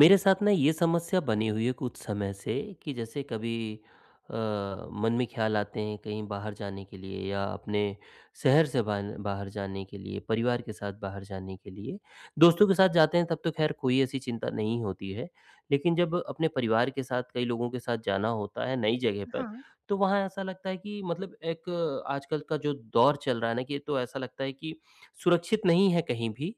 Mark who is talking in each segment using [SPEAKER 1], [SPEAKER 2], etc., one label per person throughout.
[SPEAKER 1] मेरे साथ ना ये समस्या बनी हुई है कुछ समय से कि जैसे कभी अ, मन में ख्याल आते हैं कहीं बाहर जाने के लिए या अपने शहर से बाहर बाहर जाने के लिए, परिवार के साथ बाहर जाने के लिए। दोस्तों के साथ जाते हैं तब तो खैर कोई ऐसी चिंता नहीं होती है, लेकिन जब अपने परिवार के साथ कई लोगों के साथ जाना होता है नई जगह पर,
[SPEAKER 2] हाँ।
[SPEAKER 1] तो वहाँ ऐसा लगता है कि मतलब एक आजकल का जो दौर चल रहा है ना कि तो ऐसा लगता है कि सुरक्षित नहीं है कहीं भी।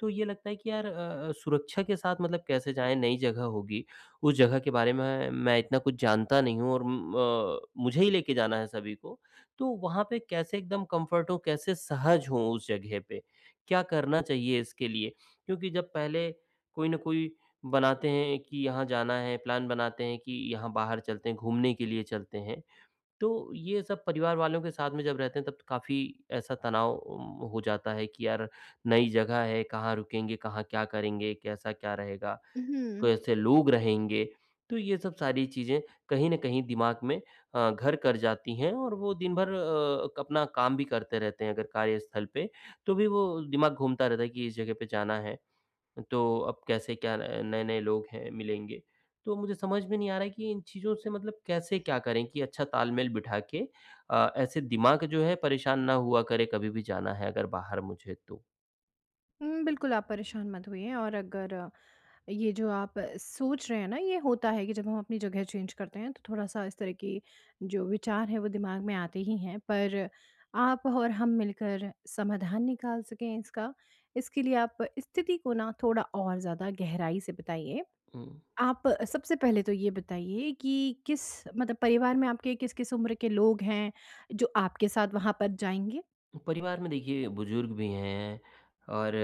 [SPEAKER 1] तो ये लगता है कि यार सुरक्षा के साथ मतलब कैसे जाएँ? नई जगह होगी, उस जगह के बारे में मैं इतना कुछ जानता नहीं हूँ और मुझे ही लेके जाना है सभी को। तो वहाँ पे कैसे एकदम कम्फ़र्ट हों, कैसे सहज हों उस जगह पे? क्या करना चाहिए इसके लिए? क्योंकि जब पहले कोई न कोई बनाते हैं कि यहाँ जाना है, प्लान बनाते हैं कि यहाँ बाहर चलते हैं, घूमने के लिए चलते हैं। तो ये सब परिवार वालों के साथ में जब रहते हैं तब तो काफ़ी ऐसा तनाव हो जाता है कि यार नई जगह है, कहाँ रुकेंगे, कहाँ क्या करेंगे, कैसा क्या रहेगा,
[SPEAKER 2] हुँ।
[SPEAKER 1] कैसे लोग रहेंगे। तो ये सब सारी चीज़ें कहीं न कहीं दिमाग में घर कर जाती हैं और वो दिन भर अपना काम भी करते रहते हैं अगर कार्यस्थल पे, तो भी वो दिमाग घूमता रहता है कि इस जगह पे जाना है। तो अब कैसे क्या न नए-नए लोग हैं मिलेंगे। तो मुझे समझ में नहीं आ रहा है कि इन चीज़ों से मतलब कैसे क्या करें कि अच्छा तालमेल बिठा के ऐसे दिमाग जो है परेशान ना हुआ करे कभी भी जाना है अगर बाहर मुझे तो।
[SPEAKER 2] हुँ, बिल्कुल आप परेशान मत होइए और अगर ये जो आप सोच रहे हैं ना, ये होता है कि जब हम अपनी जगह चेंज करते हैं, तो थोड़ा-सा इस तरह की जो विचार हैं, वो दिमाग में आते ही हैं। पर आप और हम मिलकर समाधान निकाल सकें इसका, इसके लिए आप स्थिति को ना थोड़ा और ज़्यादा गहराई से बताइए।
[SPEAKER 1] हुँ।
[SPEAKER 2] आप सबसे पहले तो ये बताइए कि किस मतलब परिवार में आपके किस-किस उम्र के लोग हैं, जो आपके साथ वहाँ पर जाएँगे?
[SPEAKER 1] परिवार में देखिए बुजुर्ग भी हैं और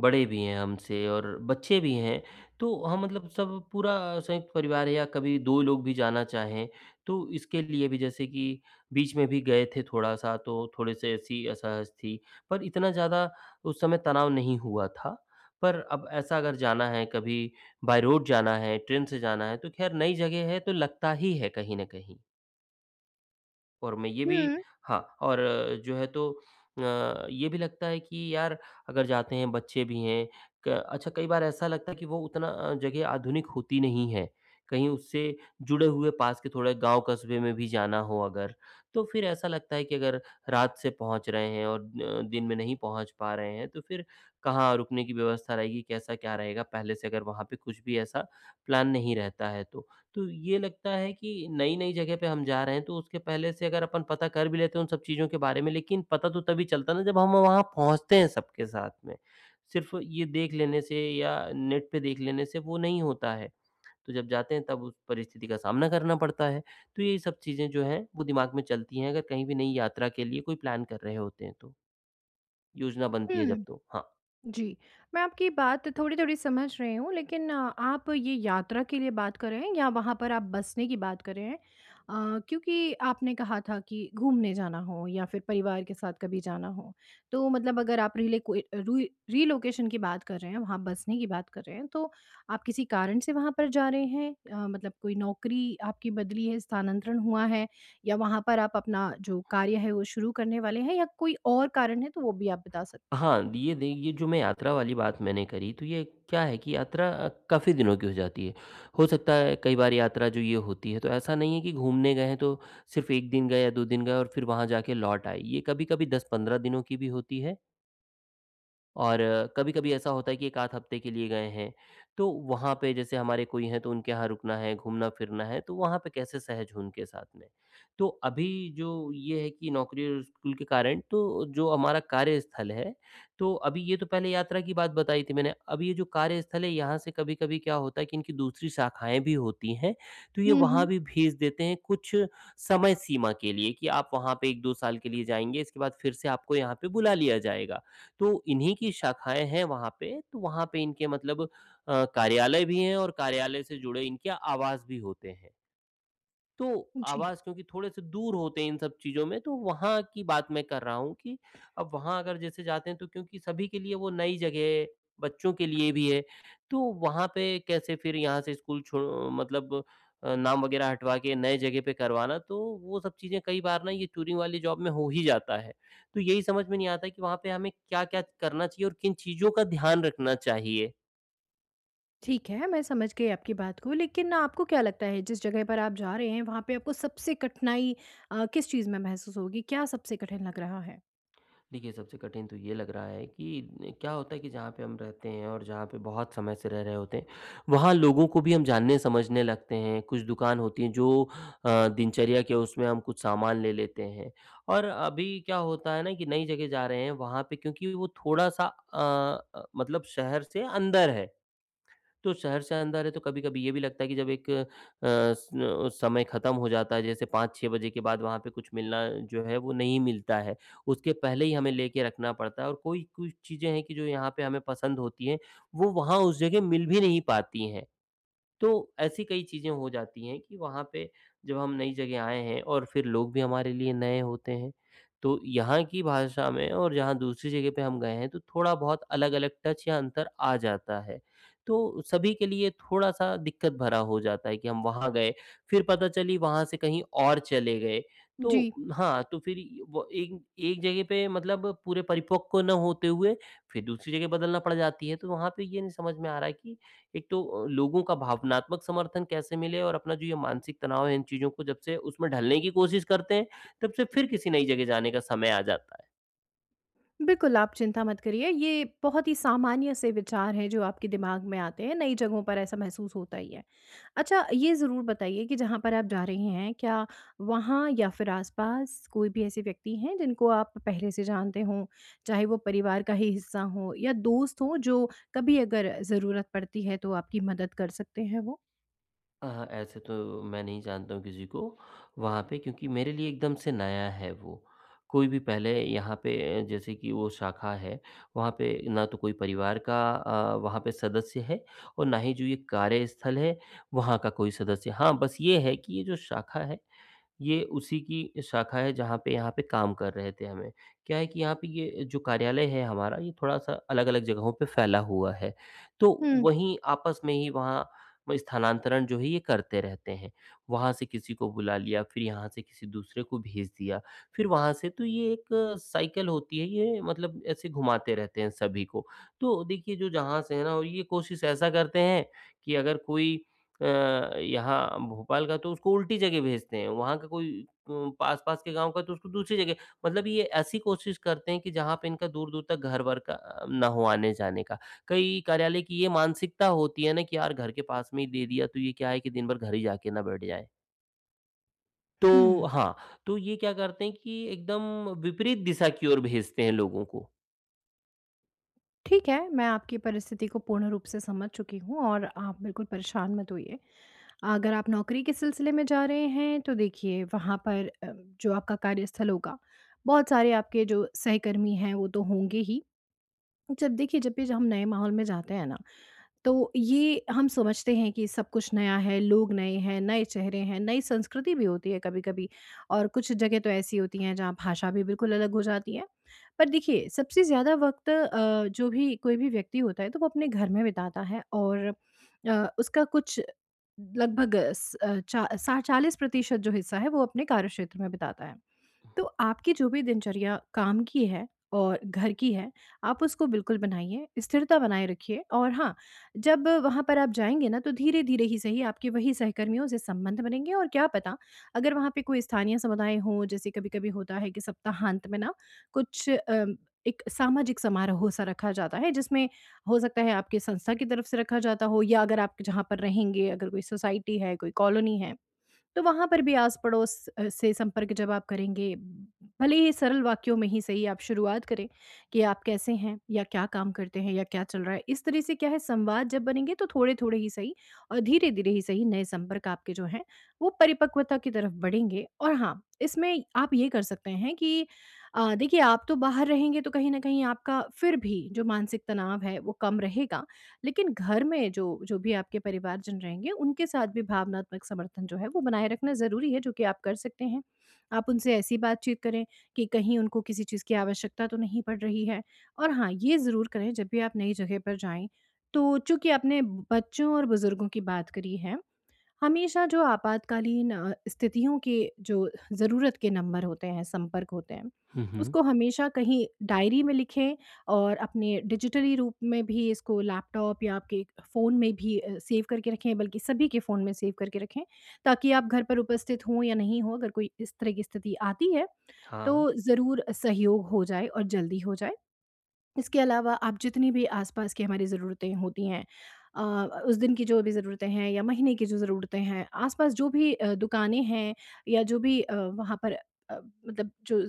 [SPEAKER 1] बड़े भी हैं हमसे और बच्चे भी हैं। तो हम मतलब सब पूरा संयुक्त परिवार है या कभी 2 लोग भी जाना चाहें, तो इसके लिए भी जैसे कि बीच में भी गए थे थोड़ा-सा, तो थोड़े-से ऐसी असहज थी। पर इतना ज़्यादा उस समय तनाव नहीं हुआ था। पर अब ऐसा अगर जाना है कभी, बाय रोड जाना है, ट्रेन से जाना है, तो ख़ैर नई जगह है तो लगता ही है कहीं न कहीं। और मैं ये भी,
[SPEAKER 2] हुँ,
[SPEAKER 1] हाँ, और जो है तो ये भी लगता है कि यार अगर जाते हैं बच्चे भी हैं, क अच्छा, कई बार ऐसा लगता है कि वो उतना जगह आधुनिक होती नहीं है। कहीं उससे जुड़े हुए पास के थोड़े गाँव कस्बे में भी जाना हो अगर, तो फिर ऐसा लगता है कि अगर रात से पहुँच रहे हैं और दिन में नहीं पहुँच पा रहे हैं तो फिर कहाँ रुकने की व्यवस्था रहेगी, कैसा क्या रहेगा, पहले से अगर वहाँ पे कुछ भी ऐसा प्लान नहीं रहता है तो। तो ये लगता है कि नई-नई जगह पे हम जा रहे हैं, तो उसके पहले से अगर अपन पता कर भी लेते हैं उन सब चीज़ों के बारे में, लेकिन पता तो तभी चलता है ना जब हम वहाँ पहुँचते हैं सबके साथ में। सिर्फ़ ये देख लेने से या नेट पे देख लेने से वो नहीं होता है। तो जब जाते हैं तब उस परिस्थिति का सामना करना पड़ता है। तो ये सब चीज़ें जो हैं वो दिमाग में चलती हैं अगर कहीं भी नई यात्रा के लिए कोई प्लान कर रहे होते हैं तो, योजना बनती है
[SPEAKER 2] हुँ।
[SPEAKER 1] जब तो। हाँ।
[SPEAKER 2] जी, मैं आपकी बात थोड़ी-थोड़ी समझ रही हूँ लेकिन आप ये यात्रा के लिए बात कर रहे हैं या वहाँ पर आप बसने की बात कर रहे हैं? क्योंकि आपने कहा था कि घूमने जाना हो या फिर परिवार के साथ कभी जाना हो। तो मतलब अगर आप रिले कोई रुई रिलोकेशन की बात कर रहे हैं, वहाँ बसने की बात कर रहे हैं, तो आप किसी कारण से वहाँ पर जा रहे हैं? मतलब कोई नौकरी आपकी बदली है, स्थानांतरण हुआ है या वहाँ पर आप अपना जो कार्य है वो शुरू करने वाले हैं या कोई और कारण है तो वो भी आप बता सकते हैं?
[SPEAKER 1] हाँ, ये जो मैं यात्रा वाली बात मैंने करी, तो ये क्या है कि यात्रा काफ़ी दिनों की हो जाती है। हो सकता है कई बार यात्रा जो ये होती है तो ऐसा नहीं है कि घूमने गए हैं तो सिर्फ़ 1 दिन गए या 2 दिन गए और फिर वहाँ जाके लौट आए। ये कभी-कभी 10-15 दिनों की भी होती है और कभी-कभी ऐसा होता है कि 1 आध हफ्ते के लिए गए हैं, तो वहाँ पे जैसे हमारे कोई हैं, तो उनके यहाँ रुकना है, घूमना-फिरना है, तो वहाँ पे कैसे सहज हों उनके साथ में। तो अभी जो ये है कि नौकरी और स्कूल के कारण तो जो हमारा कार्यस्थल है, तो अभी ये तो पहले यात्रा की बात बताई थी मैंने, अब ये जो कार्यस्थल है, यहाँ से कभी-कभी क्या होता है कि इनकी दूसरी शाखाएँ भी होती हैं, तो ये
[SPEAKER 2] हुँ,
[SPEAKER 1] वहाँ
[SPEAKER 2] हुँ।
[SPEAKER 1] भी भेज देते हैं कुछ समय सीमा के लिए कि आप वहाँ पे 1-2 साल के लिए जाएँगे, इसके बाद फिर से आपको यहाँ पे बुला लिया जाएगा। तो इन्हीं की शाखाएँ हैं वहाँ पे, तो वहाँ पे इनके मतलब कार्यालय भी हैं और कार्यालय से जुड़े इनके आवास भी होते हैं। तो
[SPEAKER 2] जी,
[SPEAKER 1] आवाज़ क्योंकि थोड़े-से दूर होते हैं इन सब चीज़ों में, तो वहाँ की बात मैं कर रहा हूँ कि अब वहाँ अगर जैसे जाते हैं, तो क्योंकि सभी के लिए वो नई जगह है, बच्चों के लिए भी है, तो वहाँ पे कैसे फिर यहाँ से स्कूल छो मतलब नाम वगैरह हटवा के नए जगह पे करवाना, तो वो सब चीज़ें कई बार ना ये टूरिंग वाली जॉब में हो ही जाता है। तो यही समझ में नहीं आता कि वहाँ पे हमें क्या-क्या करना चाहिए और किन चीज़ों का ध्यान रखना चाहिए?
[SPEAKER 2] ठीक है, मैं समझ गई आपकी बात को, लेकिन आपको क्या लगता है जिस जगह पर आप जा रहे हैं वहाँ पे आपको सबसे कठिनाई किस चीज़ में महसूस होगी? क्या सबसे कठिन लग रहा है?
[SPEAKER 1] देखिए, सबसे कठिन तो ये लग रहा है कि क्या होता है कि जहाँ पे हम रहते हैं और जहाँ पे बहुत समय से रह रहे होते हैं, वहाँ लोगों को भी हम जानने समझने लगते हैं। कुछ दुकान होती हैं जो दिनचर्या के, उसमें हम कुछ सामान ले लेते हैं, और अभी क्या होता है ना कि नई जगह जा रहे हैं, वहाँ पे क्योंकि वो थोड़ा-सा मतलब शहर से अंदर है। तो शहर से अंदर है तो कभी-कभी ये भी लगता है कि जब एक स समय खत्म हो जाता है जैसे 5-6 बजे के बाद वहाँ पे कुछ मिलना जो है वो नहीं मिलता है। उसके पहले ही हमें लेके रखना पड़ता है, और कोई कुछ चीज़ें हैं कि जो यहाँ पे हमें पसंद होती हैं, वो वहाँ उस जगह मिल भी नहीं पाती हैं। तो ऐसी कई चीज़ें हो जाती हैं कि वहाँ पे जब हम नई जगह आए हैं और फिर लोग भी हमारे लिए नए होते हैं, तो यहाँ की भाषा में और जहाँ दूसरी जगह पे हम गए हैं तो थोड़ा-बहुत अलग-अलग टच या अंतर आ जाता है। तो सभी के लिए थोड़ा-सा दिक्कत भरा हो जाता है कि हम वहाँ गए, फिर पता चली वहाँ से कहीं और चले गए।
[SPEAKER 2] जी,
[SPEAKER 1] तो हाँ, तो फिर वो एक एक जगह पे मतलब पूरे परिपक्व न होते हुए, फिर दूसरी जगह बदलना पड़ जाती है, तो वहाँ पे ये नहीं समझ में आ रहा है कि एक तो लोगों का भावनात्मक समर्थन कैसे मिले, और अपना जो ये मानसिक तनाव है इन चीज़ों को जब से उसमें ढलने की कोशिश करते हैं, तब से फिर किसी नई जगह जाने का समय आ जाता है।
[SPEAKER 2] बिल्कुल आप चिंता मत करिए, ये बहुत ही सामान्य से विचार हैं जो आपके दिमाग में आते हैं, नई जगहों पर ऐसा महसूस होता ही है। अच्छा, ये ज़रूर बताइए कि जहाँ पर आप जा रही हैं, क्या वहाँ या फिर आस-पास कोई भी ऐसे व्यक्ति हैं जिनको आप पहले से जानते हों? चाहे वो परिवार का ही हिस्सा हों या दोस्त हों जो कभी अगर ज़रूरत पड़ती है तो आपकी मदद कर सकते हैं वो?
[SPEAKER 1] ऐसे तो मैं नहीं जानता हूँ किसी को, वहाँ पे क्योंकि मेरे लिए एकदम से नया है वो। कोई भी पहले यहाँ पे जैसे कि वो शाखा है, वहाँ पे ना तो कोई परिवार का वहाँ पे सदस्य है, और ना ही जो ये कार्यस्थल है, वहाँ का कोई सदस्य। हाँ, बस ये है कि ये जो शाखा है ये उसी की शाखा है जहाँ पे यहाँ पे काम कर रहे थे हमें। क्या है कि यहाँ पे ये जो कार्यालय है हमारा, ये थोड़ा-सा अलग-अलग जगहों पे फैला हुआ है। तो
[SPEAKER 2] हुँ,
[SPEAKER 1] वहीं आपस में ही वहाँ म स्थानांतरण जो है ये करते रहते हैं। वहाँ से किसी को बुला लिया, फिर यहाँ से किसी दूसरे को भेज दिया, फिर वहाँ से, तो ये एक साइकिल होती है ये, मतलब ऐसे घुमाते रहते हैं सभी को। तो देखिए जो जहाँ से है ना, और ये कोशिश ऐसा करते हैं कि अगर कोई यहाँ भोपाल का तो उसको उल्टी जगह भेजते हैं, वहाँ का कोई पास-पास के गाँव का तो उसको दूसरी जगह, मतलब ये ऐसी कोशिश करते हैं कि जहाँ पे इनका दूर-दूर तक घर-वर का ना हो आने-जाने का। कई कार्यालय की ये मानसिकता होती है ना कि यार घर के पास में ही दे दिया तो ये क्या है कि दिन भर घर ही जाके ना बैठ जाएँ।
[SPEAKER 2] हुँ।
[SPEAKER 1] तो हाँ, तो ये क्या करते हैं कि एकदम विपरीत दिशा की ओर भेजते हैं लोगों को।
[SPEAKER 2] ठीक है, मैं आपकी परिस्थिति को पूर्ण रूप से समझ चुकी हूँ और आप बिल्कुल परेशान मत होइए। अगर आप नौकरी के सिलसिले में जा रहे हैं तो देखिए वहाँ पर जो आपका कार्यस्थल होगा, बहुत सारे आपके जो सहकर्मी हैं वो तो होंगे ही। जब देखिए जब भी जब हम नए माहौल में जाते हैं ना, तो ये हम समझते हैं कि सब कुछ नया है, लोग नए हैं, नए चेहरे हैं, नई संस्कृति भी होती है कभी कभी और कुछ जगह तो ऐसी होती हैं जहाँ भाषा भी बिल्कुल अलग हो जाती है। पर देखिए, सबसे ज़्यादा वक्त जो भी कोई भी व्यक्ति होता है तो वो अपने घर में बिताता है और उसका कुछ लगभग 60-40% जो हिस्सा है वो अपने कार्यक्षेत्र में बिताता है। तो आपकी जो भी दिनचर्या काम की है और घर की है, आप उसको बिल्कुल बनाइए, स्थिरता बनाए रखिए और हाँ, जब वहाँ पर आप जाएँगे ना, तो धीरे-धीरे ही सही आपके वही सहकर्मियों से संबंध बनेंगे और क्या पता, अगर वहाँ पे कोई स्थानीय समुदाय हो, जैसे कभी-कभी होता है कि सप्ताहांत में ना कुछ एक सामाजिक समारोह सा रखा जाता है, जिसमें हो सकता है आपकी संस्था की तरफ से रखा जाता हो या अगर आप जहाँ पर रहेंगे, अगर कोई सोसाइटी है, कोई कॉलोनी है। तो वहाँ पर भी आस-पड़ोस से संपर्क जब आप करेंगे, भले ही सरल वाक्यों में ही सही आप शुरुआत करें कि आप कैसे हैं या क्या काम करते हैं या क्या चल रहा है। इस तरह से क्या है संवाद जब बनेंगे तो थोड़े-थोड़े ही सही और धीरे-धीरे ही सही नए संपर्क आपके जो हैं, वो परिपक्वता की तरफ बढ़ेंगे। और हाँ, इसमें आप ये कर सकते हैं कि देखिए आप तो बाहर रहेंगे तो कहीं न कहीं आपका फिर भी जो मानसिक तनाव है वो कम रहेगा। लेकिन घर में जो जो भी आपके परिवारजन रहेंगे, उनके साथ भी भावनात्मक समर्थन जो है वो बनाए रखना ज़रूरी है, जो कि आप कर सकते हैं। आप उनसे ऐसी बातचीत करें कि कहीं उनको किसी चीज़ की आवश्यकता तो नहीं पड़ रही है। और हाँ, ये ज़रूर करें जब भी आप नई जगह पर जाएँ, तो चूँकि आपने बच्चों और बुज़ुर्गों की बात करी है, हमेशा जो आपातकालीन स्थितियों के जो ज़रूरत के नंबर होते हैं, संपर्क होते हैं,
[SPEAKER 1] हुँ, हुँ।
[SPEAKER 2] उसको हमेशा कहीं डायरी में लिखें और अपने डिजिटली रूप में भी इसको लैपटॉप या आपके फ़ोन में भी सेव करके रखें, बल्कि सभी के फ़ोन में सेव करके रखें, ताकि आप घर पर उपस्थित हों या नहीं हों, अगर कोई इस तरह की स्थिति आती है,
[SPEAKER 1] हाँ।
[SPEAKER 2] तो ज़रूर सहयोग हो जाए और जल्दी हो जाए। इसके अलावा आप जितनी भी आसपास की हमारी ज़रूरतें होती हैं, अ, उस दिन की जो भी ज़रूरतें हैं या महीने की जो ज़रूरतें हैं, आसपास जो भी दुकानें हैं या जो भी वहाँ पर अ, मतलब जो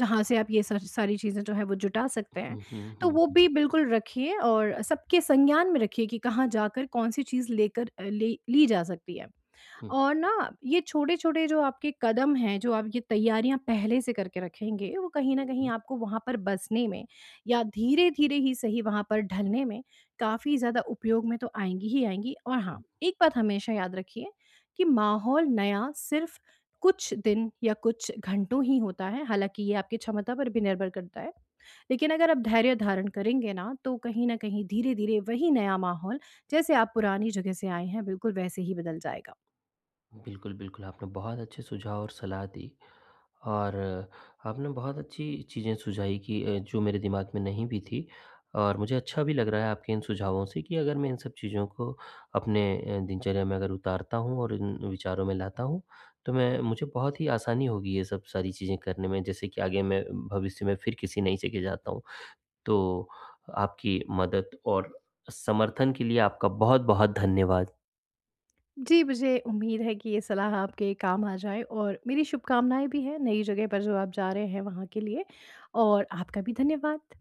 [SPEAKER 2] जहाँ से आप ये सारी चीज़ें जो है वो जुटा सकते हैं,
[SPEAKER 1] हुँ, हुँ, हुँ,
[SPEAKER 2] तो
[SPEAKER 1] हुँ,
[SPEAKER 2] वो भी बिल्कुल रखिए और सबके संज्ञान में रखिए कि कहाँ जाकर कौन सी चीज़ लेकर ले ली जा सकती है
[SPEAKER 1] हुँ,
[SPEAKER 2] और ना, ये छोटे-छोटे जो आपके कदम हैं, जो आप ये तैयारियाँ पहले से करके रखेंगे, वो कहीं न कहीं
[SPEAKER 1] हुँ,
[SPEAKER 2] आपको वहाँ पर बसने में या धीरे-धीरे ही सही वहाँ पर ढलने में काफ़ी ज़्यादा उपयोग में तो आएँगी ही आएँगी। और हाँ,
[SPEAKER 1] हुँ।
[SPEAKER 2] एक बात हमेशा याद रखिए कि माहौल नया सिर्फ़ कुछ दिन या कुछ घंटों ही होता है, हालाँकि ये आपकी क्षमता पर भी निर्भर करता है। लेकिन अगर आप धैर्य धारण करेंगे ना, तो कहीं न कहीं धीरे-धीरे वही नया माहौल, जैसे आप पुरानी जगह से आए हैं, बिल्कुल वैसे ही बदल जाएगा।
[SPEAKER 1] बिल्कुल, बिल्कुल, आपने बहुत अच्छे सुझाव और सलाह दी, और आपने बहुत अच्छी चीज़ें सुझाई कि जो मेरे दिमाग में नहीं भी थी, और मुझे अच्छा भी लग रहा है आपके इन सुझावों से कि अगर मैं इन सब चीज़ों को अपने दिनचर्या में अगर उतारता हूँ और इन विचारों में लाता हूँ, तो मैं मुझे बहुत ही आसानी होगी ये सब सारी चीज़ें करने में, जैसे कि आगे मैं भविष्य में फिर किसी नई जगह जाता हूँ। तो आपकी मदद और समर्थन के लिए आपका बहुत-बहुत धन्यवाद।
[SPEAKER 2] जी, मुझे उम्मीद है कि ये सलाह आपके काम आ जाए और मेरी शुभकामनाएँ भी हैं नई जगह पर जो आप जा रहे हैं वहाँ के लिए और आपका भी धन्यवाद।